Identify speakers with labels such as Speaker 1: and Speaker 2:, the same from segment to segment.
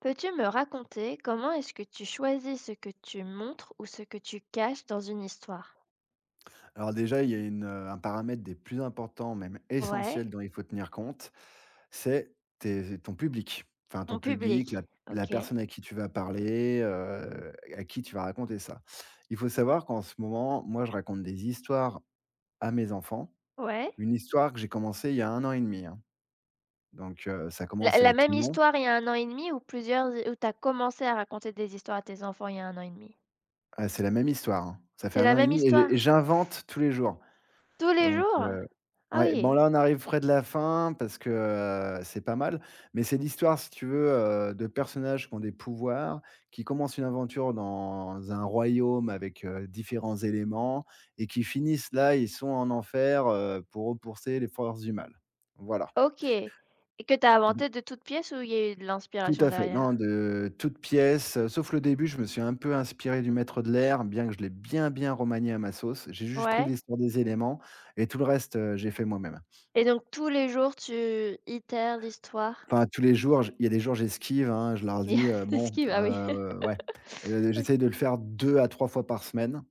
Speaker 1: Peux-tu me raconter comment est-ce que tu choisis ce que tu montres ou ce que tu caches dans une histoire?
Speaker 2: Alors déjà, il y a un paramètre des plus importants, même
Speaker 1: Ouais.
Speaker 2: essentiels, dont il faut tenir compte, c'est tes ton public. Enfin ton
Speaker 1: Mon public,
Speaker 2: public, la
Speaker 1: OK.
Speaker 2: personne à qui tu vas parler, à qui tu vas raconter ça. Il faut savoir qu'en ce moment, moi, je raconte des histoires à mes enfants.
Speaker 1: Ouais.
Speaker 2: Une histoire que j'ai commencée il y a un an et demi, hein. Donc, ça
Speaker 1: La
Speaker 2: commence à
Speaker 1: la
Speaker 2: être
Speaker 1: même
Speaker 2: long.
Speaker 1: histoire il y a un an et demi ou plusieurs hi ou tu commencé à raconter des histoires à tes enfants il y a un an et demi?
Speaker 2: Ah, c'est la même histoire, hein. Ça fait
Speaker 1: C'est
Speaker 2: un an
Speaker 1: la
Speaker 2: et
Speaker 1: même
Speaker 2: demi, et
Speaker 1: histoire?
Speaker 2: j'invente tous les jours,
Speaker 1: Tous les
Speaker 2: donc.
Speaker 1: jours? Ah
Speaker 2: Ouais, bon
Speaker 1: oui,
Speaker 2: là, on arrive près de la fin parce que, c'est pas mal, mais c'est l'histoire, si tu veux, de personnages qui ont des pouvoirs, qui commencent une aventure dans un royaume avec, différents éléments et qui finissent là, ils sont en enfer, pour repousser les forces du mal. Voilà.
Speaker 1: OK, et que t'as
Speaker 2: Mmh.
Speaker 1: inventé de toutes pièces ou il y a eu de
Speaker 2: Tout
Speaker 1: l'inspiration
Speaker 2: à fait.
Speaker 1: derrière?
Speaker 2: Non, de toutes pièces, sauf le début, je me suis un peu inspiré du Maître de l'air, bien que je l'ai bien, bien remanié à ma sauce. J'ai juste pris
Speaker 1: Ouais,
Speaker 2: l'histoire des éléments et tout le reste, j'ai fait moi-même.
Speaker 1: et donc tous les jours tu itères l'histoire.
Speaker 2: Enfin, tous les jours, j il y a des jours, j'esquive, hein, je leur
Speaker 1: Et
Speaker 2: dis,
Speaker 1: tu
Speaker 2: «Bon,
Speaker 1: esquives, ah oui.
Speaker 2: ouais».
Speaker 1: OK.
Speaker 2: J'essaye de le faire 2 à 3 fois par semaine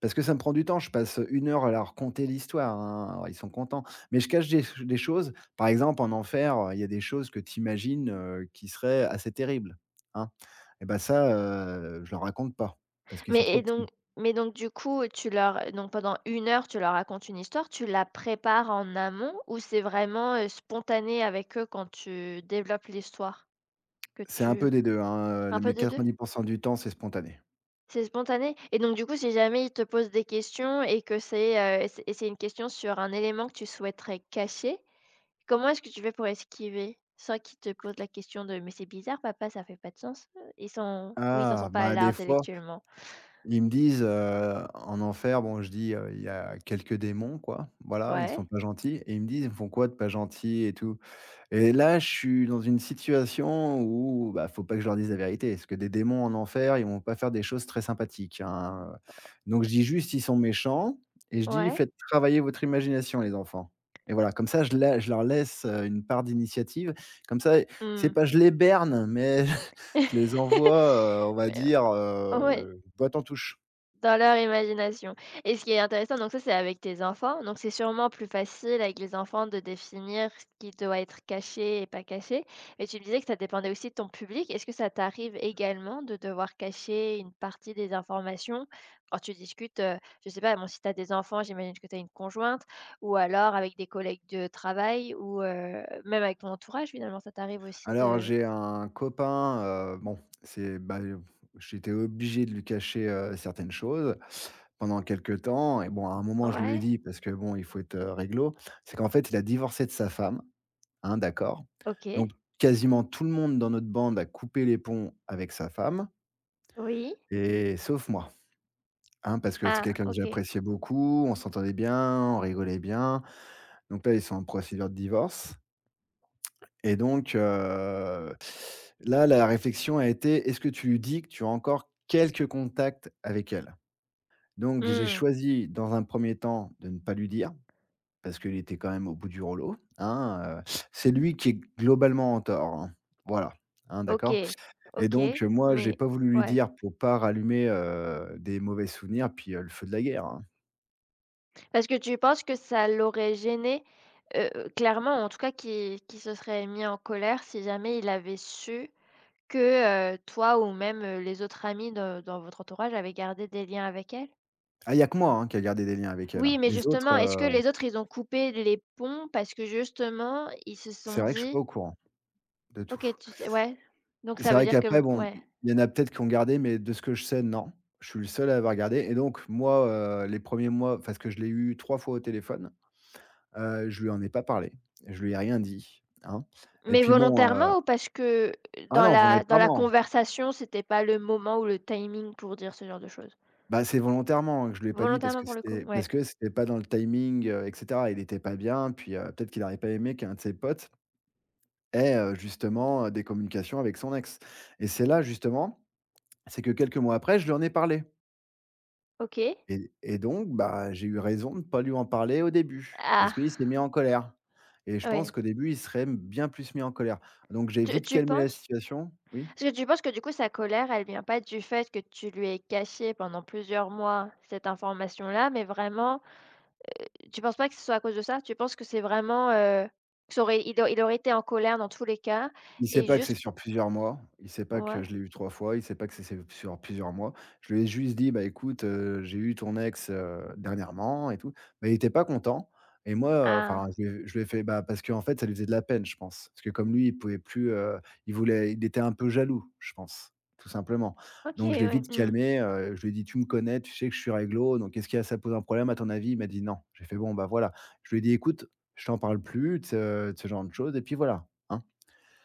Speaker 2: parce que ça me prend du temps. Je passe une heure à leur conter l'histoire, hein. Alors ils sont contents, mais je cache des choses. Par exemple, en enfer, il y a des choses que tu imagines, qui seraient assez terribles, hein, et ben ça, je leur raconte pas parce qu'ils sont
Speaker 1: Mais
Speaker 2: trop
Speaker 1: et
Speaker 2: petits.
Speaker 1: donc mais donc du coup, tu leur donc pendant une heure, tu leur racontes une histoire, tu la prépares en amont ou c'est vraiment, spontané avec eux quand tu développes l'histoire? Que
Speaker 2: C'est un peu
Speaker 1: tu
Speaker 2: des 2, hein,
Speaker 1: un peu
Speaker 2: mais
Speaker 1: des deux.
Speaker 2: 90% du temps, c'est spontané.
Speaker 1: C'est spontané? Et donc du coup, si jamais ils te posent des questions et que c'est, et c'est et c'est une question sur un élément que tu souhaiterais cacher, comment est-ce que tu fais pour esquiver? Sans qu'ils te posent la question de: «Mais c'est bizarre papa, ça fait pas de sens», ils sont oui, ils en sont
Speaker 2: Ah,
Speaker 1: pas
Speaker 2: bah,
Speaker 1: là
Speaker 2: des fois.
Speaker 1: intellectuellement.
Speaker 2: Ils me disent, en enfer, bon, je dis, «Il y a quelques démons, quoi, voilà, ils
Speaker 1: Ouais,
Speaker 2: sont pas gentils», et ils me disent: «Ils me font quoi de pas gentil et tout?» Et là, je suis dans une situation où, bah, faut pas que je leur dise la vérité, parce que des démons en enfer, ils vont pas faire des choses très sympathiques, hein, donc je dis juste: «Ils sont méchants», et je dis:
Speaker 1: ouais.
Speaker 2: «Faites travailler votre imagination, les enfants». Et voilà, comme ça, je leur laisse, une part d'initiative, comme ça. C'est
Speaker 1: Mmh.
Speaker 2: pas je les berne, mais je les envoie, on va dire,
Speaker 1: Ouais,
Speaker 2: botte en touche.
Speaker 1: dans leur imagination. Et ce qui est intéressant donc ça, c'est avec tes enfants, donc c'est sûrement plus facile avec les enfants de définir ce qui doit être caché et pas caché. Mais tu me disais que ça dépendait aussi de ton public. Est-ce que ça t'arrive également de devoir cacher une partie des informations quand tu discutes, je sais pas, bon, si tu as des enfants, j'imagine que tu as une conjointe ou alors avec des collègues de travail ou même avec ton entourage finalement, ça t'arrive aussi
Speaker 2: Alors
Speaker 1: de.
Speaker 2: j'ai un copain, bon, c'est bah, j'étais obligé de lui cacher, certaines choses pendant quelque temps, et bon, à un moment, je lui ai
Speaker 1: Ouais,
Speaker 2: dit parce que bon, il faut être, réglo. C'est qu'en fait, il a divorcé de sa femme, hein, d'accord?
Speaker 1: OK,
Speaker 2: Donc quasiment tout le monde dans notre bande a coupé les ponts avec sa femme,
Speaker 1: oui.
Speaker 2: et sauf moi, hein, parce que c'est
Speaker 1: Ah,
Speaker 2: quelqu'un que
Speaker 1: OK.
Speaker 2: j'appréciais beaucoup, on s'entendait bien, on rigolait bien. Donc là, ils sont en procédure de divorce. Et donc, là, la réflexion a été: «Est-ce que tu lui dis que tu as encore quelques contacts avec elle?» Donc j'ai
Speaker 1: Mmh.
Speaker 2: choisi, dans un premier temps, de ne pas lui dire, parce qu'il était quand même au bout du rouleau, hein. C'est lui qui est globalement en tort, hein. Voilà, hein,
Speaker 1: OK,
Speaker 2: d'accord? Et
Speaker 1: OK,
Speaker 2: donc, moi, j'ai
Speaker 1: mais
Speaker 2: pas voulu lui
Speaker 1: ouais.
Speaker 2: dire pour pas rallumer, des mauvais souvenirs, puis, le feu de la guerre, hein.
Speaker 1: Parce que tu penses que ça l'aurait gêné, heu, clairement, en tout cas, qui se serait mis en colère si jamais il avait su que, toi ou même, les autres amis de dans votre entourage avaient gardé des liens avec elle?
Speaker 2: Ah, il y a que moi, hein, qui a gardé des liens avec elle, hein.
Speaker 1: Oui, mais
Speaker 2: Les autres,
Speaker 1: justement, est-ce que les autres, ils ont coupé les ponts parce que justement, ils se
Speaker 2: c'est
Speaker 1: sont
Speaker 2: vrai que je suis pas au
Speaker 1: dit:
Speaker 2: courant de tout.
Speaker 1: «OK, tu sais», ouais, donc ça
Speaker 2: C'est
Speaker 1: veut
Speaker 2: vrai
Speaker 1: dire
Speaker 2: qu'après
Speaker 1: que
Speaker 2: bon,
Speaker 1: ouais.
Speaker 2: il y en a peut-être qui ont gardé, mais de ce que je sais, non. Je suis le seul à avoir gardé, et donc moi, les premiers mois, parce que je l'ai eu 3 fois au téléphone, je lui en ai pas parlé. Je lui ai rien dit, hein, et
Speaker 1: Mais
Speaker 2: puis bon,
Speaker 1: volontairement ou parce que
Speaker 2: ah
Speaker 1: dans
Speaker 2: non,
Speaker 1: la dans la
Speaker 2: volontairement.
Speaker 1: conversation, c'était pas le moment ou le timing pour dire ce genre de choses?
Speaker 2: Bah, c'est volontairement que je lui ai pas dit parce que
Speaker 1: Volontairement pour le coup? Ouais.
Speaker 2: c'était pas dans le timing, et cetera. Il était pas bien, puis, peut-être qu'il aurait pas aimé qu'un de ses potes ait, justement, des communications avec son ex. Et c'est là, justement, c'est que quelques mois après, je lui en ai parlé.
Speaker 1: OK.
Speaker 2: Et donc, bah, j'ai eu raison de pas lui en parler au début, parce
Speaker 1: Ah!
Speaker 2: qu'il s'est mis en colère, et je pense
Speaker 1: Ouais.
Speaker 2: qu'au début, il serait bien plus mis en colère. Donc j'ai
Speaker 1: Tu
Speaker 2: vite
Speaker 1: tu
Speaker 2: calmé la
Speaker 1: penses?
Speaker 2: situation, oui?
Speaker 1: Est-ce que tu penses que du coup sa colère, elle vient pas du fait que tu lui aies caché pendant plusieurs mois cette information-là, mais vraiment tu penses pas que ce soit à cause de ça? Tu penses que c'est vraiment, que ça aurait il au il aurait été en colère dans tous les cas.
Speaker 2: Il sait
Speaker 1: et
Speaker 2: pas que c'est
Speaker 1: juste
Speaker 2: sur plusieurs mois, il sait pas que
Speaker 1: ouais?
Speaker 2: je l'ai eu 3 fois, il sait pas que c'est sur plusieurs mois. Je lui ai juste dit: «Bah, écoute, j'ai eu ton ex, dernièrement et tout». Bah, il était pas content, et moi, enfin,
Speaker 1: Ah!
Speaker 2: je lui ai fait bah, parce qu'en fait, ça lui faisait de la peine, je pense. Parce que comme lui, il pouvait plus, il était un peu jaloux, je pense, tout simplement.
Speaker 1: OK,
Speaker 2: Donc je l'ai
Speaker 1: ouais.
Speaker 2: vite
Speaker 1: Mmh.
Speaker 2: calmé, je lui ai dit: «Tu me connais, tu sais que je suis réglo, donc est-ce qu'il y a ça pose un problème à ton avis?» Il m'a dit: «Non». J'ai fait: «Bon, bah, voilà». Je lui ai dit: «Écoute, je t'en parle plus de ce genre de choses, et puis voilà, hein».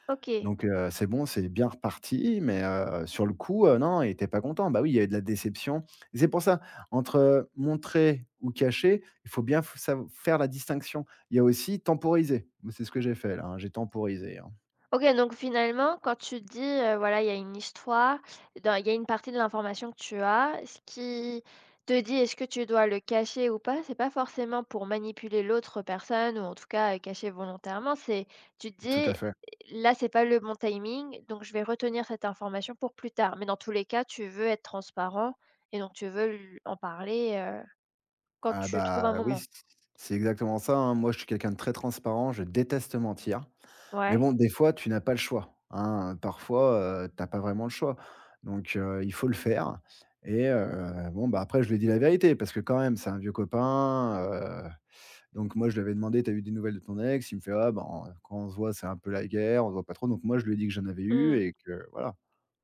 Speaker 1: OK.
Speaker 2: Donc, c'est bon, c'est bien reparti, mais sur le coup, non, il était pas content. Bah oui, il y avait de la déception. Et c'est pour ça, entre, montrer ou cacher, il faut bien f sav faire la distinction. Il y a aussi temporiser. Moi, c'est ce que j'ai fait là, hein, j'ai temporisé, hein.
Speaker 1: OK, donc finalement, quand tu dis, voilà, il y a une histoire, dans il y a une partie de l'information que tu as, ce qui te dit est-ce que tu dois le cacher ou pas, c'est pas forcément pour manipuler l'autre personne ou en tout cas, cacher volontairement, c'est tu te
Speaker 2: Tout à
Speaker 1: dis:
Speaker 2: fait.
Speaker 1: «Là, c'est pas le bon timing, donc je vais retenir cette information pour plus tard». Mais dans tous les cas, tu veux être transparent et donc tu veux l en parler, quand
Speaker 2: Ah
Speaker 1: tu trouves un
Speaker 2: bah oui,
Speaker 1: moment.
Speaker 2: c'est exactement ça, hein. Moi, je suis quelqu'un de très transparent, je déteste mentir. Mais
Speaker 1: Ouais.
Speaker 2: bon, des fois, tu n'as pas le choix, hein, parfois, tu as pas vraiment le choix. Donc, il faut le faire, et bon, bah, après je lui ai dit la vérité parce que quand même c'est un vieux copain, heu, donc moi je lui avais demandé: «T'as eu des nouvelles de ton ex?» Il me fait: «Ah, ben, quand on se voit, c'est un peu la guerre, on se voit pas trop». Donc moi je lui ai dit que j'en avais eu,
Speaker 1: Mmh.
Speaker 2: et que voilà.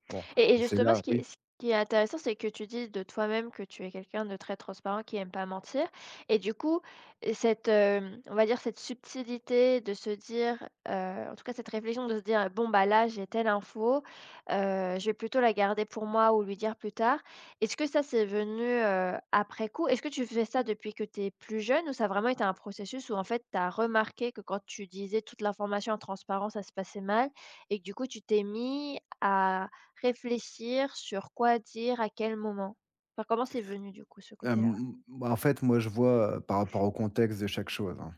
Speaker 2: Bon,
Speaker 1: Et
Speaker 2: et c'est
Speaker 1: justement,
Speaker 2: là
Speaker 1: ce qui
Speaker 2: oui.
Speaker 1: est intéressant, c'est que tu dis de toi-même que tu es quelqu'un de très transparent, qui aime pas mentir. Et du coup, cette, on va dire, cette subtilité de se dire, heu, en tout cas, cette réflexion de se dire: «Bon, bah, là, j'ai telle info, heu, je vais plutôt la garder pour moi ou lui dire plus tard». Est-ce que ça, c'est venu, après coup? Est-ce que tu fais ça depuis que tu es plus jeune ou ça a vraiment été un processus où, en fait, tu as remarqué que quand tu disais toute l'information en transparence, ça se passait mal et que du coup, tu t'es mis à réfléchir sur quoi dire, à quel moment? Enfin, comment c'est venu du coup ce côté-là?
Speaker 2: Bah, en fait, moi je vois, par rapport au contexte de chaque chose, hein.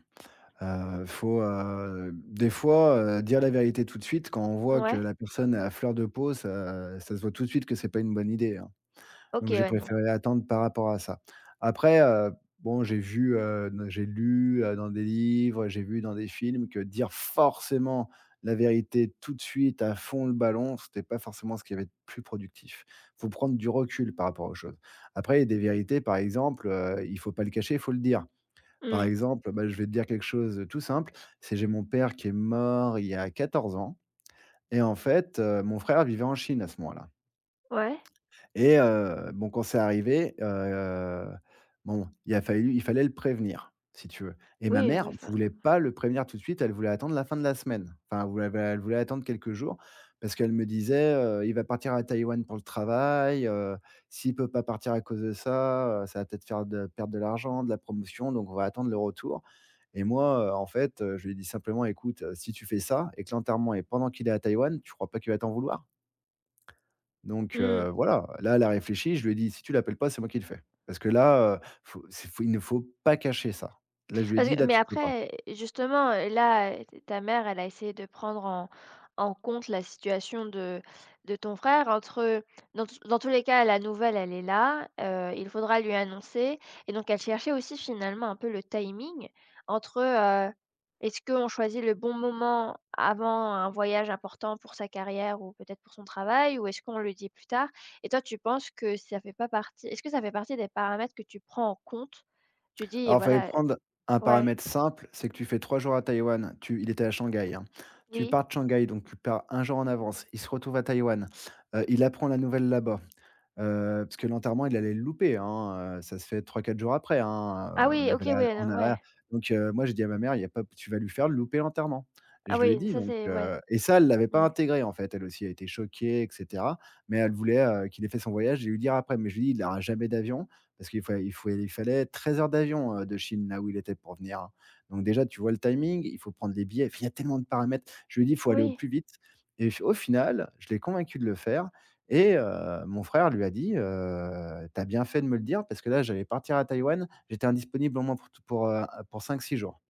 Speaker 2: Faut, des fois, dire la vérité tout de suite quand on voit que
Speaker 1: Ouais.
Speaker 2: la personne est à fleur de peau, ça se voit tout de suite que c'est pas une bonne idée, hein.
Speaker 1: OK,
Speaker 2: Donc j'ai
Speaker 1: ouais, non.
Speaker 2: préféré attendre par rapport à ça. Après, bon, j'ai vu, n j'ai lu, dans des livres, j'ai vu dans des films que dire forcément la vérité tout de suite à fond le ballon, c'était pas forcément ce qui avait être plus productif. Faut prendre du recul par rapport aux choses. Après, il y a des vérités, par exemple, il faut pas le cacher, il faut le dire. Par
Speaker 1: Hmm.
Speaker 2: exemple, bah, je vais te dire quelque chose de tout simple, c'est j'ai mon père qui est mort il y a 14 ans, et en fait, mon frère vivait en Chine à ce moment-là.
Speaker 1: Ouais.
Speaker 2: Et bon, quand c'est arrivé, bon, il a fallu il fallait le prévenir, si tu veux. Et ma
Speaker 1: Oui, oui,
Speaker 2: mère
Speaker 1: enfin,
Speaker 2: voulait pas le prévenir tout de suite, elle voulait attendre la fin de la semaine. Enfin, elle voulait attendre quelques jours parce qu'elle me disait, «Il va partir à Taïwan pour le travail, s'il peut pas partir à cause de ça, ça va peut-être faire de perdre de l'argent, de la promotion, donc on va attendre le retour». Et moi, en fait, je lui ai dit simplement: «Écoute, si tu fais ça et que l'enterrement est pendant qu'il est à Taïwan, tu crois pas qu'il va t'en vouloir?» Donc,
Speaker 1: mmh.
Speaker 2: voilà, là, elle a réfléchi, je lui ai dit: «Si tu l'appelles pas, c'est moi qui le fais». Parce que là, faut c'est faut il ne faut pas cacher ça. Là, je lui ai
Speaker 1: Parce
Speaker 2: dit:
Speaker 1: que
Speaker 2: «Là,
Speaker 1: mais
Speaker 2: tu peux pas».
Speaker 1: après, justement, là, ta mère, elle a essayé de prendre en compte la situation de ton frère entre dans tous les cas, la nouvelle, elle est là, il faudra lui annoncer et donc elle cherchait aussi finalement un peu le timing entre, est-ce qu'on choisit le bon moment avant un voyage important pour sa carrière ou peut-être pour son travail ou est-ce qu'on le dit plus tard? Et toi, tu penses que ça fait pas partie, est-ce que ça fait partie des paramètres que tu prends en compte? Tu dis
Speaker 2: Alors, il fallait
Speaker 1: voilà,
Speaker 2: prendre un
Speaker 1: ouais.
Speaker 2: paramètre simple, c'est que tu fais 3 jours à Taïwan, tu il était à Shanghai, hein. Tu
Speaker 1: Oui.
Speaker 2: pars de Shanghai, donc tu pars un jour en avance, il se retrouve à Taïwan, il apprend la nouvelle là-bas. Parce que l'enterrement, il allait le louper, hein, ça se fait 3, 4 jours après, hein,
Speaker 1: Ah
Speaker 2: on
Speaker 1: oui,
Speaker 2: avait
Speaker 1: OK,
Speaker 2: la
Speaker 1: ouais,
Speaker 2: on
Speaker 1: non, ouais.
Speaker 2: a donc moi j'ai dit à ma mère : « Il y a pas tu vas lui faire louper l'enterrement ». Je
Speaker 1: Ah
Speaker 2: lui ai
Speaker 1: oui,
Speaker 2: dit
Speaker 1: ça
Speaker 2: donc
Speaker 1: c'est ouais.
Speaker 2: et ça, elle l'avait pas
Speaker 1: Mmh.
Speaker 2: intégré en fait, elle aussi, a été choquée et cetera, mais elle voulait, qu'il ait fait son voyage et lui dire après. Mais je lui ai dit : « Il n'aura jamais d'avion » parce qu'il fallait 13 heures d'avion, de Chine, là où il était pour venir, hein. Donc déjà, tu vois le timing, il faut prendre les billets, enfin, il y a tellement de paramètres. Je lui ai dit : « Il faut aller au
Speaker 1: Oui.
Speaker 2: plus vite » et au final, je l'ai convaincu de le faire et mon frère lui a dit : « Tu bien fait de me le dire parce que là, j'allais partir à Taïwan, j'étais indisponible au moins pour 5 6 jours ».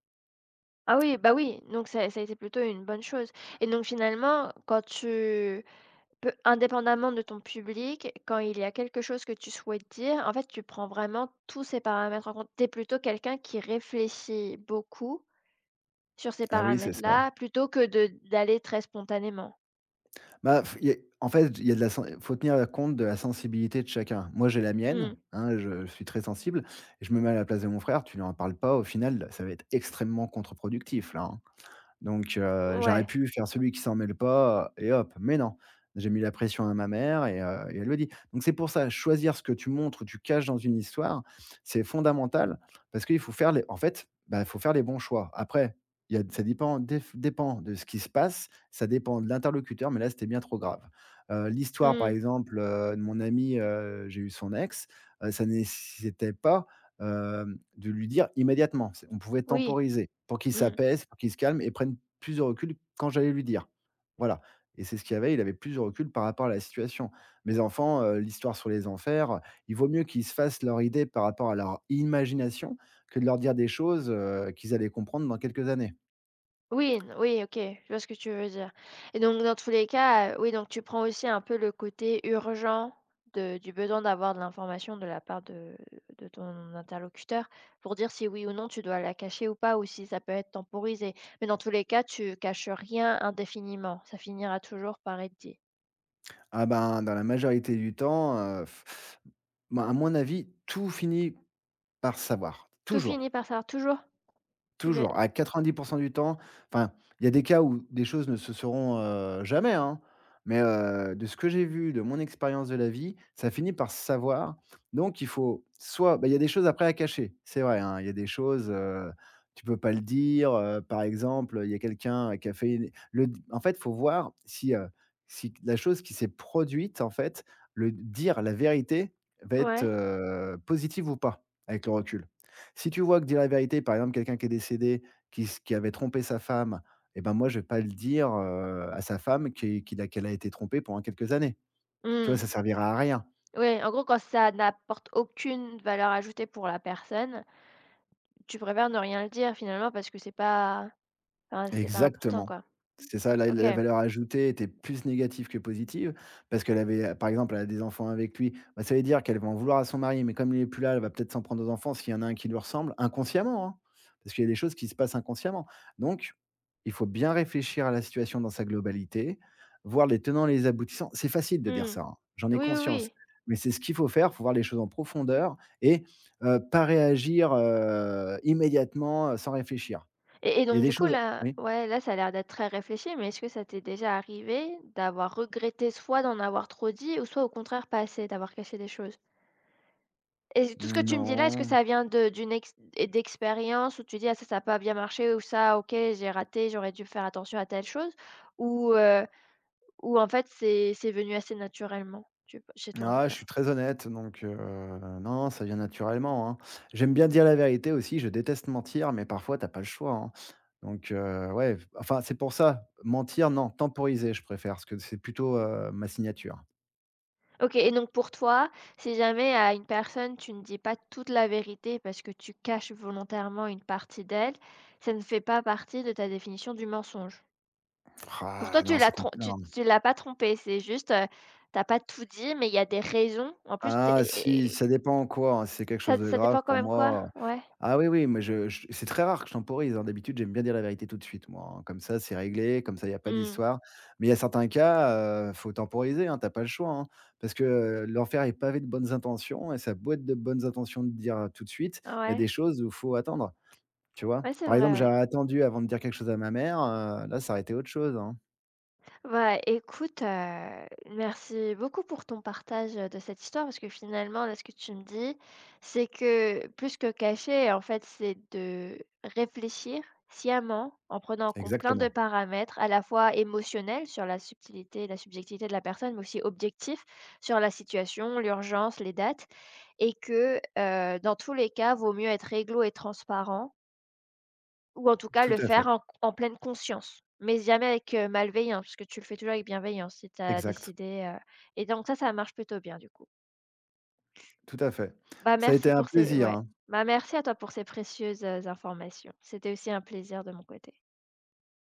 Speaker 1: Ah oui, bah oui, donc ça ça a été plutôt une bonne chose et donc finalement, quand tu peu indépendamment de ton public, quand il y a quelque chose que tu souhaites dire, en fait, tu prends vraiment tous ces paramètres en compte. T'es plutôt quelqu'un qui réfléchit beaucoup sur ces
Speaker 2: Ah oui, c'est ça.
Speaker 1: paramètres-là, plutôt que de d'aller très spontanément.
Speaker 2: Bah, f y a en fait, il y a de la sen faut tenir compte de la sensibilité de chacun. Moi, j'ai la mienne,
Speaker 1: Mmh.
Speaker 2: hein, je suis très sensible et je me mets à la place de mon frère, tu lui en parles pas, au final, ça va être extrêmement contre-productif, là, hein. Donc j'aurais
Speaker 1: Ouais.
Speaker 2: pu faire celui qui s'en mêle pas et hop, mais non, j'ai mis la pression à ma mère et elle le dit. Donc c'est pour ça, choisir ce que tu montres ou tu caches dans une histoire, c'est fondamental parce qu'il faut faire les en fait, bah, il faut faire les bons choix. Après, il y a ça dépend déf dépend de ce qui se passe, ça dépend de l'interlocuteur, mais là, c'était bien trop grave. L'histoire, par
Speaker 1: Mmh.
Speaker 2: exemple, de mon ami, j'ai eu son ex, ça nécessitait pas de lui dire immédiatement. C'est on pouvait
Speaker 1: Oui.
Speaker 2: temporiser pour qu'il
Speaker 1: Mmh.
Speaker 2: s'apaise, pour qu'il se calme et prenne plus de recul quand j'allais lui dire. Voilà et c'est ce qu'il y avait, il avait plus de recul par rapport à la situation. Mes enfants, l'histoire sur les enfers, il vaut mieux qu'ils se fassent leur idée par rapport à leur imagination que de leur dire des choses, qu'ils allaient comprendre dans quelques années.
Speaker 1: Oui, n oui, OK, je vois ce que tu veux dire et donc dans tous les cas, oui, donc tu prends aussi un peu le côté urgent de du besoin d'avoir de l'information de la part de ton interlocuteur pour dire si oui ou non tu dois la cacher ou pas ou si ça peut être temporisé. Mais dans tous les cas, tu caches rien indéfiniment, ça finira toujours par être dit.
Speaker 2: Ah ben, dans la majorité du temps, moi à mon avis, tout finit par savoir,
Speaker 1: Tout
Speaker 2: toujours.
Speaker 1: finit par ça. Toujours? Tu veux
Speaker 2: Toujours, à 90 du temps, enfin, il y a des cas où des choses ne se seront, jamais, hein, mais de ce que j'ai vu, de mon expérience de la vie, ça finit par se savoir. Donc il faut soit bah, il y a des choses après à cacher, c'est vrai, hein, il y a des choses, tu peux pas le dire, par exemple, il y a quelqu'un qui a fait une le en fait, faut voir si, si la chose qui s'est produite, en fait, le dire la vérité va être,
Speaker 1: ouais?
Speaker 2: positive ou pas avec le recul. Si tu vois que dire la vérité, par exemple, quelqu'un qui est décédé, qui avait trompé sa femme et ben, moi, je vais pas le dire, à sa femme qui qu'il a qu'elle a été trompée pendant quelques années. Tu vois,
Speaker 1: Oui.
Speaker 2: ça servira à rien.
Speaker 1: Ouais, en gros, quand ça n'apporte aucune valeur ajoutée pour la personne, tu préfères ne rien le dire finalement parce que c'est pas. Enfin, c'est pas important
Speaker 2: Exactement.
Speaker 1: quoi.
Speaker 2: C'est ça, la
Speaker 1: OK.
Speaker 2: la valeur ajoutée était plus négative que positive parce qu'elle avait par exemple, elle a des enfants avec lui, bah, ça veut dire qu'elle va en vouloir à son mari, mais comme il n'est plus là, elle va peut-être s'en prendre aux enfants s'il y en a un qui lui ressemble, inconsciemment, hein, parce qu'il y a des choses qui se passent inconsciemment. Donc il faut bien réfléchir à la situation dans sa globalité, voir les tenants, et les aboutissants. C'est facile de dire
Speaker 1: Mmh.
Speaker 2: ça, hein, j'en ai
Speaker 1: Oui, oui,
Speaker 2: conscience,
Speaker 1: oui.
Speaker 2: mais c'est ce qu'il faut faire. Il faut voir les choses en profondeur et pas réagir, immédiatement, sans réfléchir.
Speaker 1: Et
Speaker 2: Il y a
Speaker 1: donc
Speaker 2: des
Speaker 1: du coup
Speaker 2: choses
Speaker 1: là,
Speaker 2: oui?
Speaker 1: ouais, là ça a l'air d'être très réfléchi, mais est-ce que ça t'est déjà arrivé d'avoir regretté soit d'en avoir trop dit ou soit au contraire pas assez, d'avoir caché des choses? Et tout ce
Speaker 2: Mmh,
Speaker 1: que tu me dis là, est-ce que
Speaker 2: non.
Speaker 1: ça vient de d'une ex et d'expérience où tu dis: «Ah ça, ça a pas bien marché» ou «Ça, OK, j'ai raté, j'aurais dû faire attention à telle chose» ou heu, ou en fait c'est venu assez naturellement? Tu chez toi en tout
Speaker 2: Ah, je
Speaker 1: cas?
Speaker 2: suis très honnête, donc non, non, ça vient naturellement, hein. J'aime bien dire la vérité aussi, je déteste mentir, mais parfois t'as pas le choix, hein. Donc ouais, enfin, c'est pour ça, mentir, non, temporiser, je préfère, parce que c'est plutôt, ma signature.
Speaker 1: OK, et donc pour toi, si jamais à une personne tu ne dis pas toute la vérité parce que tu caches volontairement une partie d'elle, ça ne fait pas partie de ta définition du mensonge? Pour
Speaker 2: Ah
Speaker 1: toi,
Speaker 2: non,
Speaker 1: tu l'as
Speaker 2: c'est
Speaker 1: trom
Speaker 2: compliqué.
Speaker 1: tu tu l'as pas trompé, c'est juste, tu pas tout dit, mais il y a des raisons. En plus, tu
Speaker 2: Ah si, ça dépend quoi, hein. Si c'est quelque chose
Speaker 1: ça
Speaker 2: de
Speaker 1: ça
Speaker 2: grave
Speaker 1: dépend quand
Speaker 2: pour
Speaker 1: même quoi?
Speaker 2: moi,
Speaker 1: Ouais.
Speaker 2: ah oui, oui, mais je c'est très rare que je temporise, hein. D'habitude, j'aime bien dire la vérité tout de suite moi, hein. Comme ça, c'est réglé, comme ça, il y a pas
Speaker 1: Mmh.
Speaker 2: d'histoire. Mais il y a certains cas, faut temporiser, hein, t'as pas le choix, hein. Parce que, l'enfer est pavé de bonnes intentions et ça a beau être de bonnes intentions de dire, tout de suite, il y a des
Speaker 1: Ouais.
Speaker 2: choses où il faut attendre, tu vois?
Speaker 1: Ouais, c'est
Speaker 2: Par
Speaker 1: vrai,
Speaker 2: exemple,
Speaker 1: ouais.
Speaker 2: j'aurais attendu avant de dire quelque chose à ma mère, là, ça aurait été autre chose, hein.
Speaker 1: Bah, écoute, merci beaucoup pour ton partage, de cette histoire parce que finalement, là, ce que tu me dis, c'est que plus que cacher, en fait, c'est de réfléchir sciemment en prenant en compte plein de
Speaker 2: Exactement,
Speaker 1: paramètres à la fois émotionnels sur la subtilité, la subjectivité de la personne, mais aussi objectifs sur la situation, l'urgence, les dates et que, dans tous les cas, vaut mieux être réglo et transparent ou en tout cas
Speaker 2: tout
Speaker 1: le
Speaker 2: à
Speaker 1: faire
Speaker 2: fait,
Speaker 1: en pleine conscience, mais jamais avec, malveillance, parce que tu le fais toujours avec bienveillance si tu as
Speaker 2: exact,
Speaker 1: décidé, et donc ça marche plutôt bien du coup.
Speaker 2: tout à fait.
Speaker 1: Bah,
Speaker 2: Ça a été
Speaker 1: merci
Speaker 2: un
Speaker 1: pour ces
Speaker 2: plaisir,
Speaker 1: ouais.
Speaker 2: hein.
Speaker 1: Bah, merci à toi pour ces précieuses, informations. C'était aussi un plaisir de mon côté.